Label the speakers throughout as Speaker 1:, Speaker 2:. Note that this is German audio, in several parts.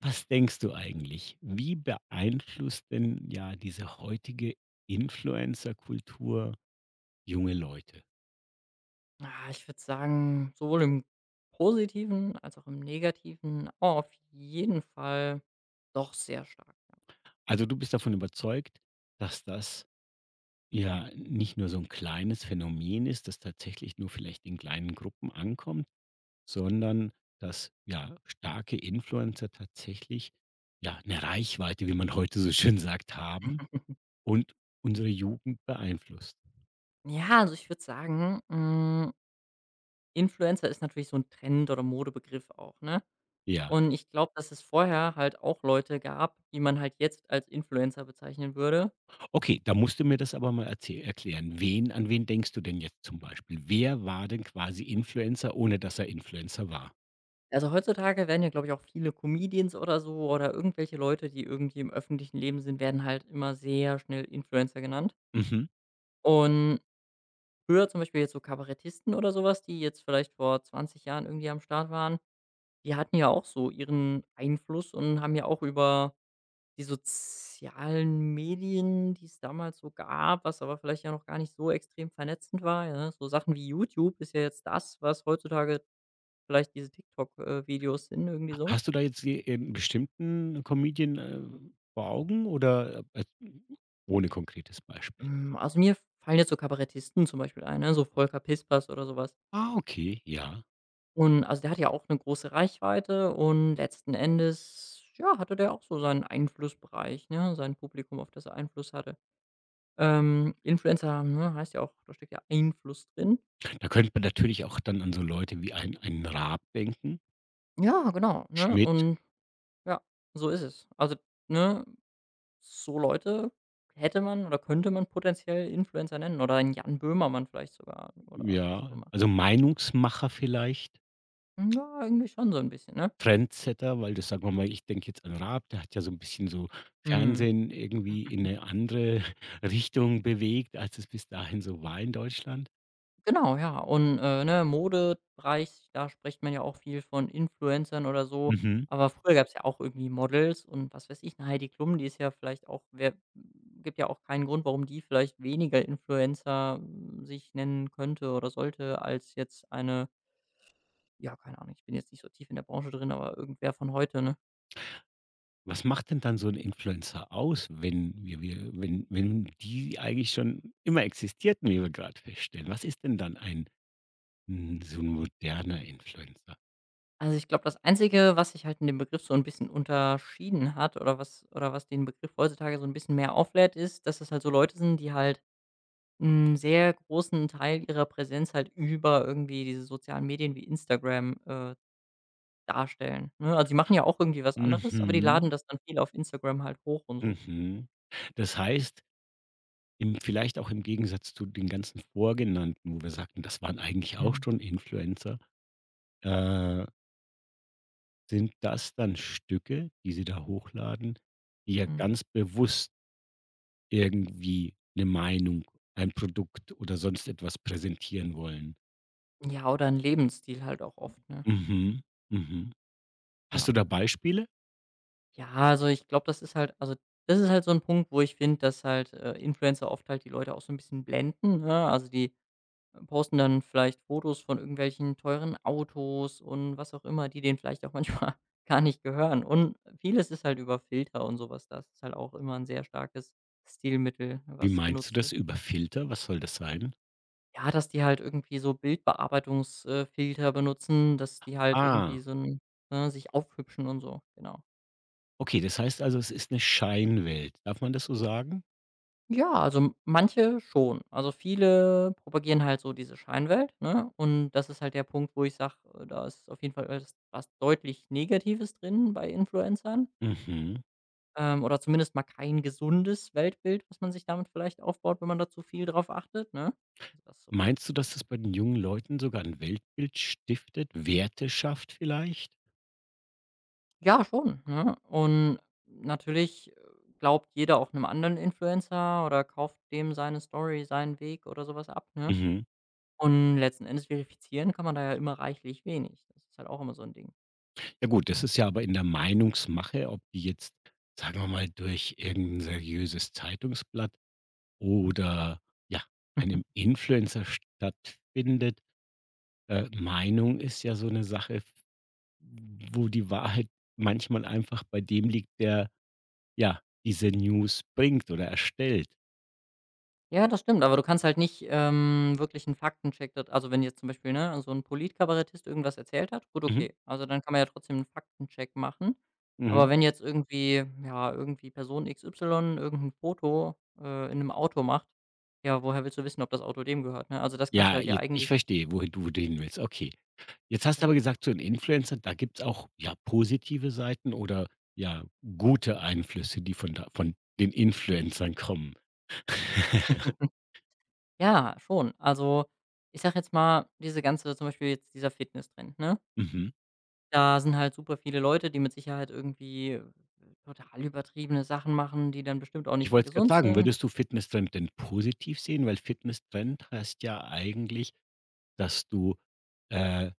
Speaker 1: Was denkst du eigentlich? Wie beeinflusst denn ja diese heutige Influencer-Kultur junge Leute?
Speaker 2: Ich würde sagen, sowohl im Positiven als auch im Negativen auf jeden Fall doch sehr stark.
Speaker 1: Also du bist davon überzeugt, dass das ja nicht nur so ein kleines Phänomen ist, das tatsächlich nur vielleicht in kleinen Gruppen ankommt, sondern dass ja starke Influencer tatsächlich ja eine Reichweite, wie man heute so schön sagt, haben und unsere Jugend beeinflusst.
Speaker 2: Ja, ja, also ich würde sagen, Influencer ist natürlich so ein Trend oder Modebegriff auch, ne?
Speaker 1: Ja.
Speaker 2: Und ich glaube, dass es vorher halt auch Leute gab, die man halt jetzt als Influencer bezeichnen würde.
Speaker 1: Okay, da musst du mir das aber mal erzäh erklären. Wen an wen denkst du denn jetzt zum Beispiel? Wer war denn quasi Influencer, ohne dass er Influencer war?
Speaker 2: Also, heutzutage werden ja, glaube ich, auch viele Comedians oder so oder irgendwelche Leute, die irgendwie im öffentlichen Leben sind, werden halt immer sehr schnell Influencer genannt.
Speaker 1: Mhm.
Speaker 2: Und früher zum Beispiel jetzt so Kabarettisten oder sowas, die jetzt vielleicht vor 20 Jahren irgendwie am Start waren, die hatten ja auch so ihren Einfluss und haben ja auch über die sozialen Medien, die es damals so gab, was aber vielleicht ja noch gar nicht so extrem vernetzend war, ja, so Sachen wie YouTube ist ja jetzt das, was heutzutage vielleicht diese TikTok Videos sind irgendwie
Speaker 1: Ha
Speaker 2: so.
Speaker 1: hast du da jetzt je 'n bestimmten Comedian, vor Augen oder, ohne konkretes Beispiel?
Speaker 2: Also, mir fallen jetzt so Kabarettisten zum Beispiel ein, ne, so Volker Pispers oder sowas.
Speaker 1: Ah, okay, ja.
Speaker 2: Und also, der hat ja auch eine große Reichweite und letzten Endes, ja, hatte der auch so seinen Einflussbereich, ne, sein Publikum, auf das er Einfluss hatte. Influencer, ne, heißt ja auch, da steckt ja Einfluss drin.
Speaker 1: Da könnte man natürlich auch dann an so Leute wie einen Raab denken,
Speaker 2: Ja, genau, ne?
Speaker 1: Schmidt,
Speaker 2: Und ja, so ist es. Also, ne, so Leute hätte man oder könnte man potenziell Influencer nennen oder einen Jan Böhmermann vielleicht sogar oder was auch
Speaker 1: ja,
Speaker 2: immer.
Speaker 1: also Meinungsmacher vielleicht.
Speaker 2: Ja, irgendwie schon so ein bisschen, ne?
Speaker 1: Trendsetter, weil das sagen wir mal, ich denke jetzt an Raab, der hat ja so ein bisschen so
Speaker 2: Mhm.
Speaker 1: Fernsehen irgendwie in eine andere Richtung bewegt, als es bis dahin so war in Deutschland.
Speaker 2: Genau, ja. Und, ne, Modebereich, da spricht man ja auch viel von Influencern oder so.
Speaker 1: Mhm.
Speaker 2: Aber früher gab es ja auch irgendwie Models und was weiß ich, 'ne Heidi Klum, die ist ja vielleicht auch wer gibt ja auch keinen Grund, warum die vielleicht weniger Influencer, sich nennen könnte oder sollte als jetzt eine ja, keine Ahnung, ich bin jetzt nicht so tief in der Branche drin, aber irgendwer von heute, ne?
Speaker 1: Was macht denn dann so ein Influencer aus, wenn wir wir wenn wenn die eigentlich schon immer existierten, wie wir gerade feststellen? Was ist denn dann so 'n moderner Influencer?
Speaker 2: Also, ich glaube, das Einzige, was sich halt in dem Begriff so ein bisschen unterschieden hat oder was den Begriff heutzutage so ein bisschen mehr auflädt, ist, dass es halt so Leute sind, die halt einen sehr großen Teil ihrer Präsenz halt über irgendwie diese sozialen Medien wie Instagram darstellen, ne? Also, die machen ja auch irgendwie was anderes, aber die laden
Speaker 1: Mhm,
Speaker 2: das dann viel auf Instagram halt hoch und so.
Speaker 1: mhm. Das heißt, im vielleicht auch im Gegensatz zu den ganzen vorgenannten, wo wir sagten, das waren eigentlich auch
Speaker 2: Mhm,
Speaker 1: schon Influencer. Äh, Sind das dann Stücke, die Sie da hochladen, die ja
Speaker 2: mhm.
Speaker 1: ganz bewusst irgendwie 'ne Meinung, ein Produkt oder sonst etwas präsentieren wollen?
Speaker 2: Ja, oder ein Lebensstil halt auch oft, ne?
Speaker 1: Mhm, mhm.
Speaker 2: Ja.
Speaker 1: Hast du da Beispiele?
Speaker 2: Ja, also, ich glaube, das ist halt also, das ist halt so ein Punkt, wo ich finde, dass halt Influencer oft halt die Leute auch so ein bisschen blenden, ne? Also, die posten dann vielleicht Fotos von irgendwelchen teuren Autos und was auch immer, die denen vielleicht auch manchmal gar nicht gehören. Und vieles ist halt über Filter und so was. Das ist halt auch immer ein sehr starkes Stilmittel,
Speaker 1: Wie
Speaker 2: was
Speaker 1: meinst du
Speaker 2: genutzt wird.
Speaker 1: das? Über Filter? Was soll das sein?
Speaker 2: Ja, dass die halt irgendwie so Bildbearbeitungsfilter benutzen, dass die halt irgendwie
Speaker 1: Ah,
Speaker 2: so 'n ne, sich aufhübschen und so, genau.
Speaker 1: okay, das heißt also, es ist 'ne Scheinwelt. Darf man das so sagen?
Speaker 2: Ja, also manche schon. Also viele propagieren halt so diese Scheinwelt, ne? Und das ist halt der Punkt, wo ich sage da ist auf jeden Fall was was deutlich Negatives drin bei Influencern.
Speaker 1: Mhm.
Speaker 2: Oder zumindest mal kein gesundes Weltbild, was man sich damit vielleicht aufbaut, wenn man da zu viel drauf achtet, ne? Also, das so.
Speaker 1: Meinst du, dass das bei den jungen Leuten sogar 'n Weltbild stiftet, Werte schafft vielleicht?
Speaker 2: Ja, schon, ne? Und natürlich glaubt jeder auch einem anderen Influencer oder kauft dem seine Story, seinen Weg oder sowas ab, ne?
Speaker 1: Mhm.
Speaker 2: Und letzten Endes verifizieren kann man da ja immer reichlich wenig. Das ist halt auch immer so ein Ding.
Speaker 1: Ja gut, das ist ja aber in der Meinungsmache, ob die jetzt, sagen wir mal, durch irgendein seriöses Zeitungsblatt oder, ja, einem Influencer stattfindet. Meinung ist ja so eine Sache, f wo die Wahrheit manchmal einfach bei dem liegt, der, ja, diese News bringt oder erstellt.
Speaker 2: Ja, das stimmt, aber du kannst halt nicht wirklich einen Faktencheck da also, wenn jetzt zum Beispiel, ne, so ein Politkabarettist irgendwas erzählt hat, gut,
Speaker 1: Mhm,
Speaker 2: okay. Also, dann kann man ja trotzdem einen Faktencheck machen. Aber
Speaker 1: mhm.
Speaker 2: wenn jetzt irgendwie ja, irgendwie Person XY irgend 'n Foto in einem Auto macht, ja, woher willst du wissen, ob das Auto dem gehört, ne? Also, das kannst du
Speaker 1: Ja,
Speaker 2: halt ja
Speaker 1: jetzt ich
Speaker 2: eigentlich
Speaker 1: verstehe, wohin du d hin willst. Okay. Jetzt hast du aber
Speaker 2: genau.
Speaker 1: gesagt, so 'n Influencer, da gibt's auch, ja, positive Seiten oder, ja, gute Einflüsse, die von den Influencern kommen.
Speaker 2: Ja, schon. Also, ich sage jetzt mal, diese ganze zum Beispiel jetzt dieser Fitnesstrend, ne?
Speaker 1: Mhm.
Speaker 2: Da sind halt super viele Leute, die mit Sicherheit irgendwie total übertriebene Sachen machen, die dann bestimmt auch
Speaker 1: Ich
Speaker 2: nicht mehr
Speaker 1: wollte es grad
Speaker 2: gesund
Speaker 1: sagen,
Speaker 2: sind.
Speaker 1: würdest du Fitnesstrend denn positiv sehen? Weil Fitnesstrend heißt ja eigentlich, dass du, äh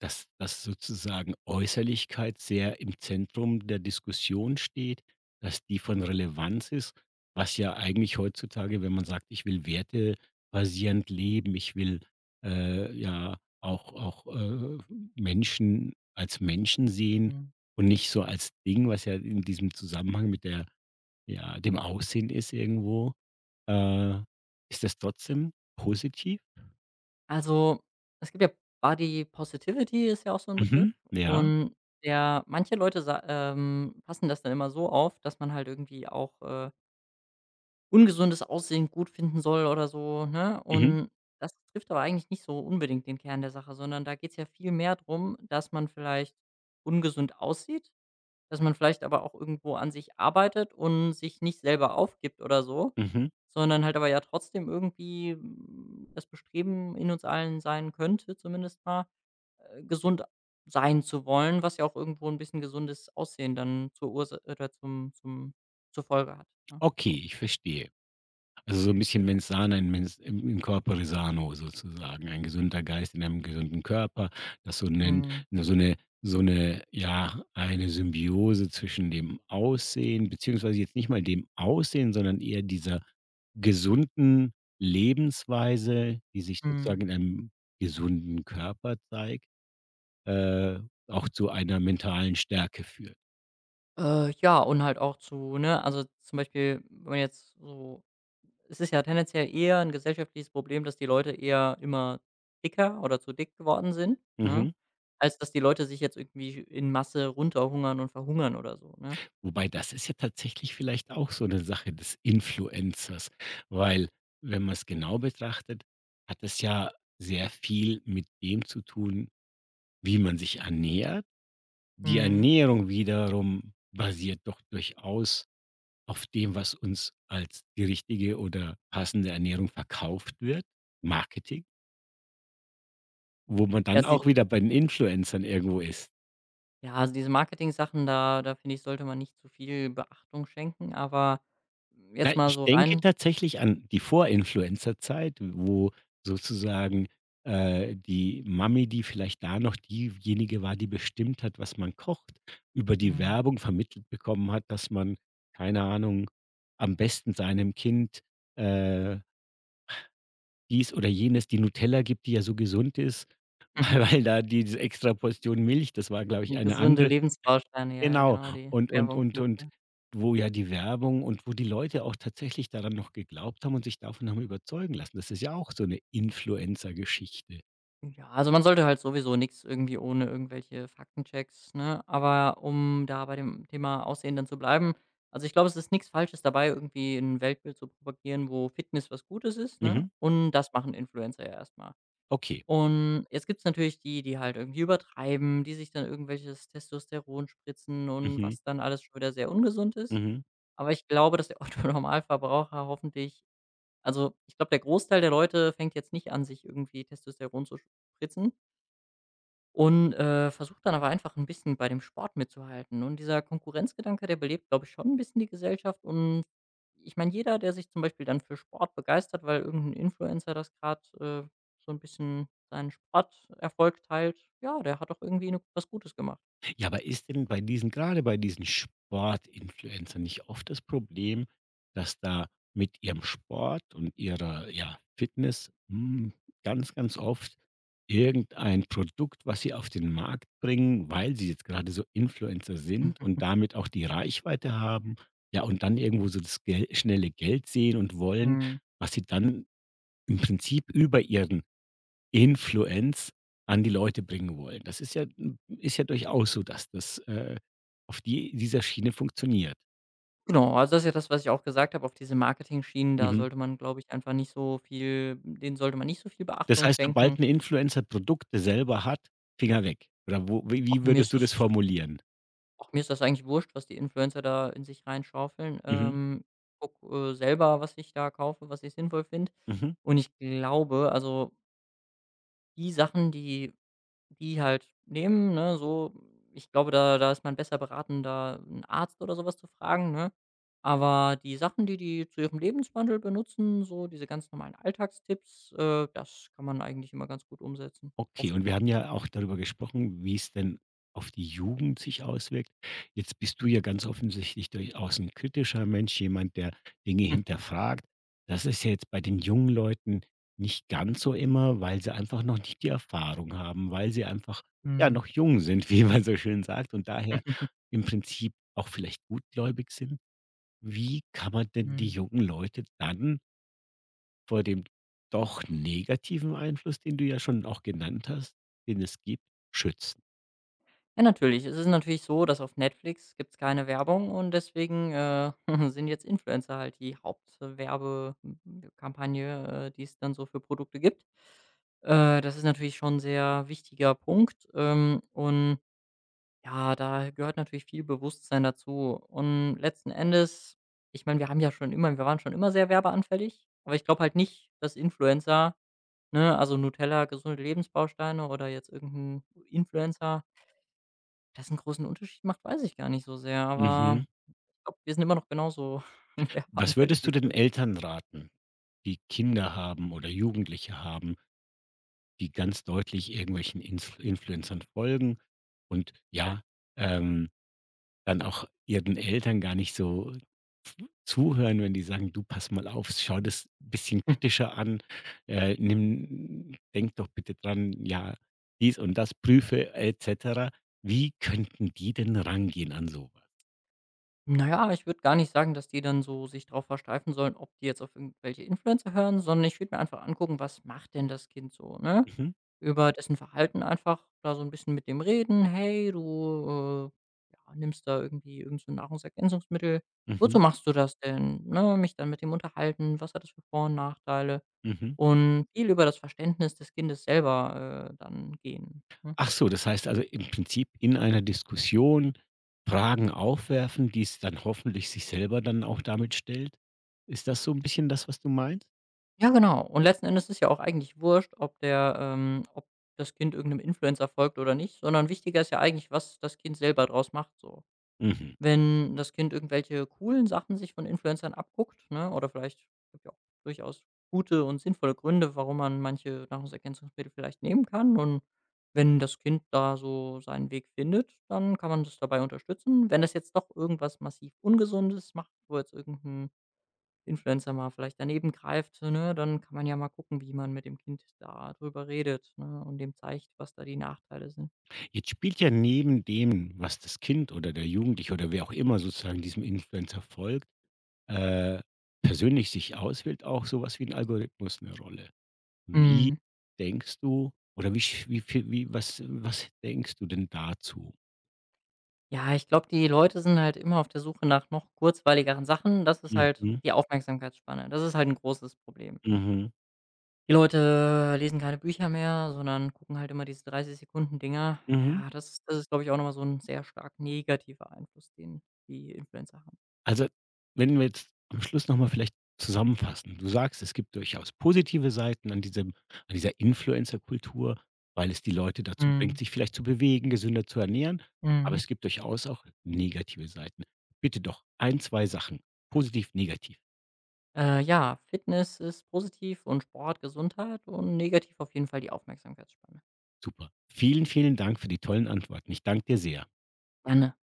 Speaker 1: Dass dass sozusagen Äußerlichkeit sehr im Zentrum der Diskussion steht, dass die von Relevanz ist, was ja eigentlich heutzutage, wenn man sagt: „Ich will wertebasierend leben, ich will, ja auch, Menschen als Menschen sehen
Speaker 2: Mhm.
Speaker 1: und nicht so als Ding", was ja in diesem Zusammenhang mit der ja, dem Aussehen ist irgendwo. Äh, Ist das trotzdem positiv?
Speaker 2: Also, es gibt ja Body Positivity ist ja auch so 'n
Speaker 1: Mhm.
Speaker 2: Begriff
Speaker 1: Ja.
Speaker 2: und der manche Leute sa passen das dann immer so auf, dass man halt irgendwie auch ungesundes Aussehen gut finden soll oder so, ne?
Speaker 1: Mhm.
Speaker 2: Und das trifft aber eigentlich nicht so unbedingt den Kern der Sache, sondern da geht's ja viel mehr drum, dass man vielleicht ungesund aussieht. Dass man vielleicht aber auch irgendwo an sich arbeitet und sich nicht selber aufgibt oder so,
Speaker 1: Mhm.
Speaker 2: sondern halt aber ja trotzdem irgendwie, das Bestreben in uns allen sein könnte zumindest mal, gesund sein zu wollen, was ja auch irgendwo ein bisschen gesundes Aussehen dann zur Ursa oder zum zum zur Folge hat, ne? So,
Speaker 1: Okay, ich verstehe. Also, so ein bisschen
Speaker 2: genau.
Speaker 1: mens sana in mens in corpore sano sozusagen. Ein gesunder Geist in einem gesunden Körper, das so 'nen
Speaker 2: Mhm,
Speaker 1: so eine eine Symbiose zwischen dem Aussehen beziehungsweise jetzt nicht mal dem Aussehen, sondern eher dieser gesunden Lebensweise, die sich
Speaker 2: mhm.
Speaker 1: sozusagen in einem gesunden Körper zeigt, äh, auch zu einer mentalen Stärke führt.
Speaker 2: Ja, und halt auch zu ne, also, zum Beispiel, wenn man jetzt so es ist ja tendenziell eher ein gesellschaftliches Problem, dass die Leute eher immer dicker oder zu dick geworden sind, ne,
Speaker 1: Mhm.
Speaker 2: als dass die Leute sich jetzt irgendwie in Masse runterhungern und verhungern oder so, ne?
Speaker 1: Wobei das ist ja tatsächlich vielleicht auch so eine Sache des Influencers, weil wenn man es genau betrachtet, hat es ja sehr viel mit dem zu tun, wie man sich ernährt. Die
Speaker 2: Mhm.
Speaker 1: Ernährung wiederum basiert doch durchaus auf dem, was uns als die richtige oder passende Ernährung verkauft wird, Marketing, wo man
Speaker 2: Ja,
Speaker 1: dann
Speaker 2: sie
Speaker 1: auch wieder bei den Influencern irgendwo ist.
Speaker 2: ja, also diese Marketing-Sachen da finde ich, sollte man nicht zu viel Beachtung schenken, aber
Speaker 1: Ja,
Speaker 2: jetzt mal
Speaker 1: ich
Speaker 2: so
Speaker 1: denke
Speaker 2: rein
Speaker 1: tatsächlich an die Vor-Influencer-Zeit, wo sozusagen, die Mami, die vielleicht da noch diejenige war, die bestimmt hat, was man kocht, über die
Speaker 2: mhm.
Speaker 1: Werbung vermittelt bekommen hat, dass man, keine Ahnung, am besten seinem Kind, äh, dies oder jenes die Nutella gibt, die ja so gesund ist, weil da diese extra Portion Milch das war, glaube ich, eine
Speaker 2: Gesunde
Speaker 1: andere.
Speaker 2: Lebensbausteine, ja, ja,
Speaker 1: Genau.
Speaker 2: genau, die
Speaker 1: Und und
Speaker 2: Werbung
Speaker 1: und
Speaker 2: von
Speaker 1: und
Speaker 2: früher.
Speaker 1: wo ja die Werbung und wo die Leute auch tatsächlich daran noch geglaubt haben und sich davon haben überzeugen lassen. Das ist ja auch so eine Influencer-Geschichte.
Speaker 2: Ja, also man sollte halt sowieso nichts irgendwie ohne irgendwelche Faktenchecks, ne? Aber um da bei dem Thema Aussehen dann zu bleiben, also ich glaube, es ist nichts Falsches dabei, irgendwie ein Weltbild zu propagieren, wo Fitness was Gutes ist, ne?
Speaker 1: Mhm.
Speaker 2: Und das machen Influencer ja erstmal.
Speaker 1: Okay.
Speaker 2: Und jetzt gibt's natürlich die, die halt irgendwie übertreiben, die sich dann irgendwelches Testosteron spritzen und
Speaker 1: Mhm.
Speaker 2: was dann alles schon wieder sehr ungesund ist.
Speaker 1: Mhm.
Speaker 2: Aber ich glaube, dass der Otto-Normalverbraucher hoffentlich also ich glaube, der Großteil der Leute fängt jetzt nicht an, sich irgendwie Testosteron zu spritzen. Und versuche dann aber einfach ein bisschen bei dem Sport mitzuhalten. Und dieser Konkurrenzgedanke, der belebt, glaube ich, schon ein bisschen die Gesellschaft. Und ich meine, jeder, der sich zum Beispiel dann für Sport begeistert, weil irgendein Influencer das gerade so ein bisschen seinen Sporterfolg teilt, ja, der hat doch irgendwie 'ne was Gutes gemacht.
Speaker 1: Ja, aber ist denn bei diesen gerade bei diesen Sportinfluencern nicht oft das Problem, dass da mit ihrem Sport und ihrer, ja, Fitness, ganz, ganz oft irgendein Produkt, was sie auf den Markt bringen, weil sie jetzt gerade so Influencer sind und damit auch die Reichweite haben, ja, und dann irgendwo so das Gel schnelle Geld sehen und wollen,
Speaker 2: Mhm.
Speaker 1: was sie dann im Prinzip über ihren Influenz an die Leute bringen wollen. Das ist ja durchaus so, dass das, auf dieser Schiene funktioniert.
Speaker 2: Genau, also, das ist ja das, was ich auch gesagt habe, auf diese Marketing-Schienen, da
Speaker 1: Mhm.
Speaker 2: sollte man, glaube ich, einfach nicht so viel denen sollte man nicht so viel
Speaker 1: Das
Speaker 2: Beachtung
Speaker 1: heißt,
Speaker 2: schenken.
Speaker 1: sobald ein Influencer Produkte selber hat, Finger weg. Oder wo wie
Speaker 2: Auch
Speaker 1: wie
Speaker 2: mir
Speaker 1: würdest
Speaker 2: ist
Speaker 1: du
Speaker 2: das
Speaker 1: das formulieren?
Speaker 2: ach, mir ist das eigentlich wurscht, was die Influencer da in sich reinschaufeln.
Speaker 1: Mhm.
Speaker 2: Guck selber, was ich da kaufe, was ich sinnvoll finde.
Speaker 1: Mhm.
Speaker 2: Und ich glaube, also die Sachen, die die halt nehmen, ne, so, ich glaube, da ist man besser beraten, da einen Arzt oder sowas zu fragen, ne? Aber die Sachen, die die zu ihrem Lebenswandel benutzen, so diese ganz normalen Alltagstipps das kann man eigentlich immer ganz gut umsetzen.
Speaker 1: Okay,
Speaker 2: Oft.
Speaker 1: und wir haben ja auch darüber gesprochen, wie es denn auf die Jugend sich auswirkt. Jetzt bist du ja ganz offensichtlich durchaus ein kritischer Mensch, jemand, der Dinge hinterfragt. Das ist ja jetzt bei den jungen Leuten nicht ganz so immer, weil sie einfach noch nicht die Erfahrung haben, weil sie einfach, ja,
Speaker 2: Mhm.
Speaker 1: noch jung sind, wie man so schön sagt und daher im Prinzip auch vielleicht gutgläubig sind. Wie kann man denn die jungen Leute dann vor dem doch negativen Einfluss, den du ja schon auch genannt hast, den es gibt, schützen?
Speaker 2: Ja, natürlich. Es ist natürlich so, dass auf Netflix gibt es keine Werbung und deswegen sind jetzt Influencer halt die Hauptwerbekampagne die es dann so für Produkte gibt. Das ist natürlich schon 'n sehr wichtiger Punkt und ja, da gehört natürlich viel Bewusstsein dazu. Und letzten Endes ich meine, wir haben ja schon immer wir waren schon immer sehr werbeanfällig, aber ich glaube halt nicht, dass Influencer, ne also Nutella, gesunde Lebensbausteine oder jetzt irgendein Influencer das einen großen Unterschied macht, weiß ich gar nicht so sehr, aber
Speaker 1: Mhm.
Speaker 2: ich glaube, wir sind immer noch genauso
Speaker 1: Was
Speaker 2: werbeanfällig
Speaker 1: würdest du
Speaker 2: wie
Speaker 1: den
Speaker 2: früher.
Speaker 1: Eltern raten, die Kinder haben oder Jugendliche haben, die ganz deutlich irgendwelchen Influencern folgen und ja, ähm dann auch ihren Eltern gar nicht so zu zuhören, wenn die sagen: „Du, pass mal auf, schau das ein bisschen
Speaker 2: Hm,
Speaker 1: kritischer an, nimm denk doch bitte dran, ja, dies und das prüfe et cetera." Wie könnten die denn rangehen an so was?
Speaker 2: na ja, ich würde gar nicht sagen, dass die dann so sich drauf versteifen sollen, ob die jetzt auf irgendwelche Influencer hören, sondern ich würde mir einfach angucken, was macht denn das Kind so, ne?
Speaker 1: Mhm,
Speaker 2: Über dessen Verhalten einfach da so ein bisschen mit dem reden: „Hey, du ja, nimmst da irgendwie irgend so 'n Nahrungsergänzungsmittel.
Speaker 1: mhm,
Speaker 2: Wozu machst du das denn?" Ne, mich dann mit dem unterhalten, was hat das für Vor und Nachteile?
Speaker 1: mhm.
Speaker 2: Und viel über das Verständnis des Kindes selber dann gehen, ne?
Speaker 1: Ach so, das heißt also im Prinzip in einer Diskussion Fragen aufwerfen, die es dann hoffentlich sich selber dann auch damit stellt? Ist das so ein bisschen das, was du meinst?
Speaker 2: Ja, genau. Und letzten Endes ist ja auch eigentlich wurscht, ob der ob das Kind irgendeinem Influencer folgt oder nicht, sondern wichtiger ist ja eigentlich, was das Kind selber draus macht so.
Speaker 1: Mhm.
Speaker 2: Wenn das Kind irgendwelche coolen Sachen sich von Influencern abguckt, ne, oder vielleicht gibt ja auch durchaus gute und sinnvolle Gründe, warum man manche Nahrungsergänzungsmittel vielleicht nehmen kann. Und wenn das Kind da so seinen Weg findet, dann kann man das dabei unterstützen. Wenn das jetzt doch irgendwas massiv Ungesundes macht, wo jetzt irgendein Influencer mal vielleicht daneben greift, ne, dann kann man ja mal gucken, wie man mit dem Kind da drüber redet, ne, und dem zeigt, was da die Nachteile sind.
Speaker 1: Jetzt spielt ja neben dem, was das Kind oder der Jugendliche oder wer auch immer sozusagen diesem Influencer folgt, äh, persönlich sich auswählt, auch sowas wie ein Algorithmus eine Rolle. Wie
Speaker 2: Mhm.
Speaker 1: denkst du oder wie sch wie viel wie was was denkst du denn dazu?
Speaker 2: Ja, ich glaube, die Leute sind halt immer auf der Suche nach noch kurzweiligeren Sachen. Das ist halt
Speaker 1: Mhm.
Speaker 2: die Aufmerksamkeitsspanne. Das ist halt ein großes Problem.
Speaker 1: Mhm.
Speaker 2: Die Leute lesen keine Bücher mehr, sondern gucken halt immer diese 30 Sekunden Dinger.
Speaker 1: Mhm.
Speaker 2: Ja, das das ist, glaube ich, auch nochmal so ein sehr stark negativer Einfluss, den die Influencer haben.
Speaker 1: Also, wenn wir jetzt am Schluss noch mal vielleicht zusammenfassen. Du sagst, es gibt durchaus positive Seiten an dieser Influencer-Kultur, weil es die Leute dazu bringt,
Speaker 2: Mhm,
Speaker 1: sich vielleicht zu bewegen, gesünder zu ernähren, aber
Speaker 2: mhm.
Speaker 1: es gibt durchaus auch negative Seiten. Bitte doch ein, 2 Sachen, positiv, negativ.
Speaker 2: Ja, Fitness ist positiv und Sport, Gesundheit und negativ auf jeden Fall die Aufmerksamkeitsspanne.
Speaker 1: Super. Vielen, vielen Dank für die tollen Antworten. Ich danke dir sehr.
Speaker 2: Dann